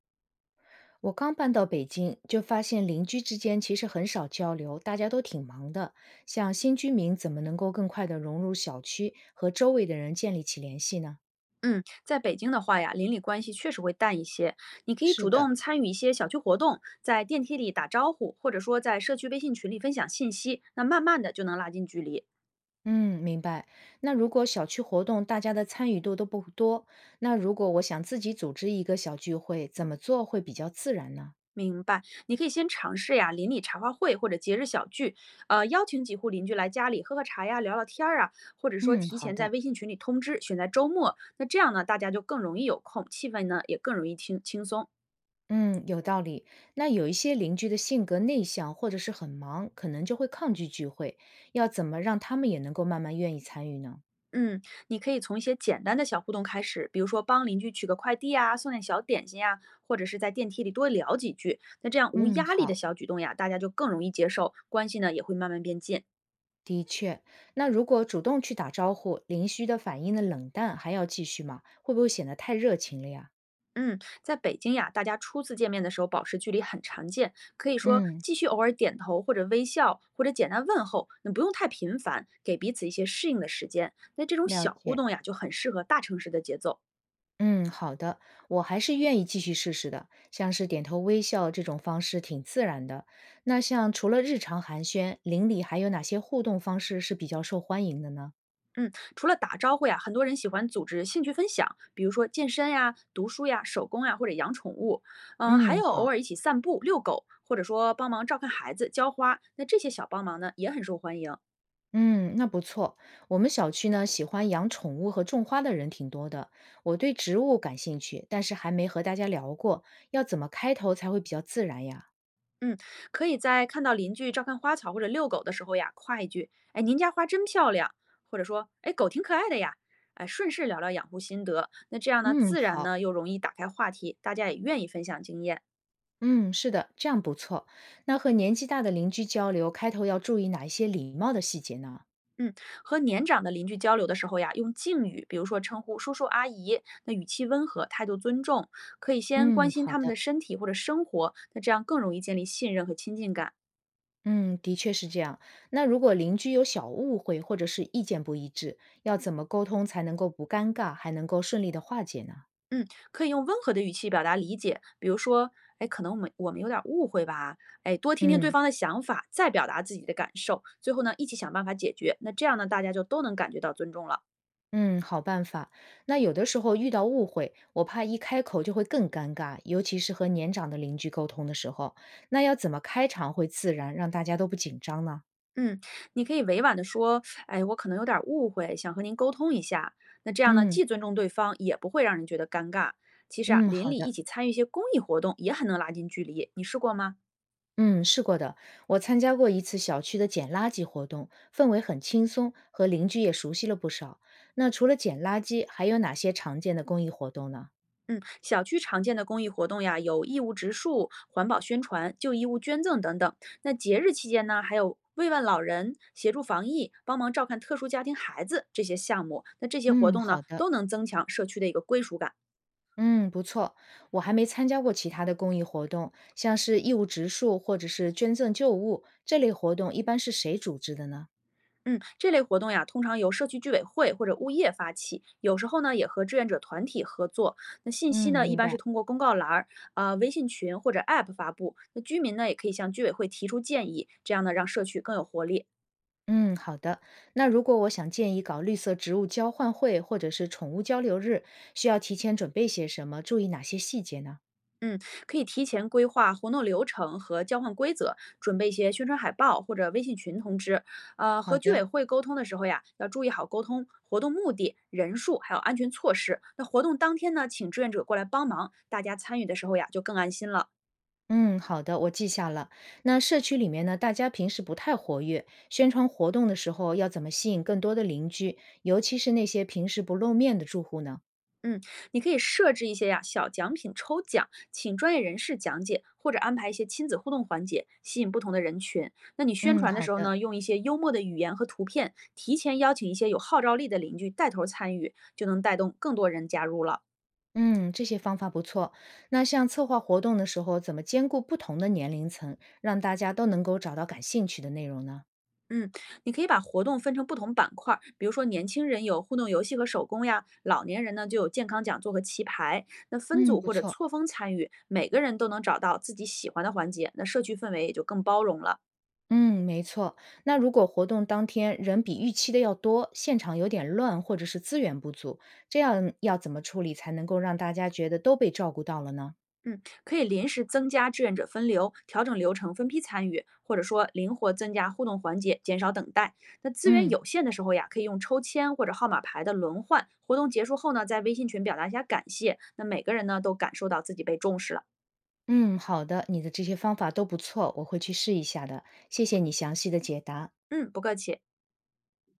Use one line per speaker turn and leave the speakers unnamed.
我刚搬到北京，就发现邻居之间其实很少交流，大家都挺忙的。像新居民怎么能够更快地融入小区，和周围的人建立起联系呢？
嗯，在北京的话呀，邻里关系确实会淡一些。你可以
是
主
的，
动参与一些小区活动，在电梯里打招呼，或者说在社区微信群里分享信息，那慢慢的就能拉近距离。
嗯，明白。那如果小区活动大家的参与度都不多，那如果我想自己组织一个小聚会，怎么做会比较自然呢？
明白，你可以先尝试呀，邻里茶话会或者节日小聚，邀请几户邻居来家里喝喝茶呀，聊聊天儿啊，或者说
嗯，
提
好
前在
的。
微信群里通知，选在周末，那这样呢，大家就更容易有空，气氛呢也更容易轻轻松。
嗯，有道理。那有一些邻居的性格内向或者是很忙，可能就会抗拒聚会，要怎么让他们也能够慢慢愿意参与呢？
嗯，你可以从一些简单的小互动开始，比如说帮邻居取个快递啊，送点小点心呀，或者是在电梯里多聊几句。那这样无
嗯，
压力的
好，
小举动呀，大家就更容易接受，关系呢也会慢慢变近。
的确。那如果主动去打招呼，邻居的反应的冷淡还要继续吗？会不会显得太热情了呀？
嗯，在北京呀，大家初次见面的时候保持距离很常见，可以说
嗯，
继续偶尔点头或者微笑，或者简单问候，那不用太频繁，给彼此一些适应的时间。那这种
了
小互
解。
动呀，就很适合大城市的节奏。
嗯，好的，我还是愿意继续试试的。像是点头微笑这种方式挺自然的。那像除了日常寒暄，邻里还有哪些互动方式是比较受欢迎的呢？
嗯，除了打招呼呀，很多人喜欢组织兴趣分享，比如说健身呀、读书呀、手工呀，或者养宠物。嗯，还
嗯，
有偶
好。
尔一起散步、遛狗，或者说帮忙照看孩子、浇花。那这些小帮忙呢，也很受欢迎。
嗯，那不错。我们小区呢，喜欢养宠物和种花的人挺多的。我对植物感兴趣，但是还没和大家聊过，要怎么开头才会比较自然呀？
嗯，可以在看到邻居照看花草或者遛狗的时候呀，夸一句：“哎，您家花真漂亮。”或者说：“哎，狗挺可爱的呀。”哎，顺势聊聊养护心得。那这样呢，
嗯，
自然
好，
呢又容易打开话题，大家也愿意分享经验。
嗯，是的，这样不错。那和年纪大的邻居交流，开头要注意哪一些礼貌的细节呢？
嗯，和年长的邻居交流的时候呀，用敬语，比如说称呼叔叔阿姨，那语气温和，态度尊重，可以先关
嗯，
心
好
他们的
的。
身体或者生活，那这样更容易建立信任和亲近感。
嗯，的确是这样。那如果邻居有小误会或者是意见不一致，要怎么沟通才能够不尴尬，还能够顺利的化解呢？
嗯，可以用温和的语气表达理解，比如说，哎，可能我们有点误会吧，哎，多听听对
嗯。
方的想法，再表达自己的感受，最后呢，一起想办法解决。那这样呢，大家就都能感觉到尊重了。
嗯，好办法。那有的时候遇到误会，我怕一开口就会更尴尬，尤其是和年长的邻居沟通的时候，那要怎么开场会自然，让大家都不紧张呢？
嗯，你可以委婉的说：“哎，我可能有点儿误会，想和您沟通一下。”那这样呢，
嗯
既尊重对方，也不会让人觉得尴尬。其实啊，
嗯，
邻
好
里一
的，
起参与一些公益活动，也很能拉近距离。你试过吗？
嗯，试过的。我参加过一次小区的捡垃圾活动，氛围很轻松，和邻居也熟悉了不少。那除了捡垃圾，还有哪些常见的公益活动呢？
嗯，小区常见的公益活动呀，有义务植树、环保宣传、旧衣物捐赠等等。那节日期间呢，还有慰问老人、协助防疫、帮忙照看特殊家庭孩子这些项目。那这些活
嗯，
动呢，
好的。
都能增强社区的一个归属感。
嗯，不错。我还没参加过其他的公益活动，像是义务植树或者是捐赠旧物这类活动，一般是谁组织的呢？
嗯，这类活动呀，通常由社区居委会或者物业发起，有时候呢也和志愿者团体合作。那信息
嗯，
呢，一
明
般是
白。
通过公告栏儿、微信群或者 App 发布。那居民呢，也可以向居委会提出建议，这样呢让社区更有活力。
嗯，好的。那如果我想建议搞绿色植物交换会或者是宠物交流日，需要提前准备些什么，注意哪些细节呢？
嗯，可以提前规划活动流程和交换规则，准备一些宣传海报或者微信群通知。和
好
居
的。
委会沟通的时候呀，要注意好沟通活动目的、人数还有安全措施。那活动当天呢，请志愿者过来帮忙，大家参与的时候呀就更安心了。
嗯，好的，我记下了。那社区里面呢，大家平时不太活跃，宣传活动的时候要怎么吸引更多的邻居，尤其是那些平时不露面的住户呢？
嗯，你可以设置一些呀小奖品抽奖，请专业人士讲解，或者安排一些亲子互动环节，吸引不同的人群。那你宣
嗯，
传的
好
时候
的。
呢，用一些幽默的语言和图片，提前邀请一些有号召力的邻居带头参与，就能带动更多人加入了。
嗯，这些方法不错。那像策划活动的时候，怎么兼顾不同的年龄层，让大家都能够找到感兴趣的内容呢？
嗯，你可以把活动分成不同板块儿，比如说年轻人有互动游戏和手工呀，老年人呢就有健康讲座和棋牌。那分
嗯，
组
不
或者
错。
错峰参与，每个人都能找到自己喜欢的环节，那社区氛围也就更包容了。
嗯，没错。那如果活动当天人比预期的要多，现场有点乱，或者是资源不足，这样要怎么处理才能够让大家觉得都被照顾到了呢？
嗯，可以临时增加志愿者分流，调整流程，分批参与，或者说灵活增加互动环节，减少等待。那资源
嗯
有限的时候呀，可以用抽签或者号码牌的轮换。活动结束后呢，在微信群表达一下感谢，那每个人呢都感受到自己被重视了。
嗯，好的，你的这些方法都不错，我会去试一下的。谢谢你详细的解答。
嗯，不客气。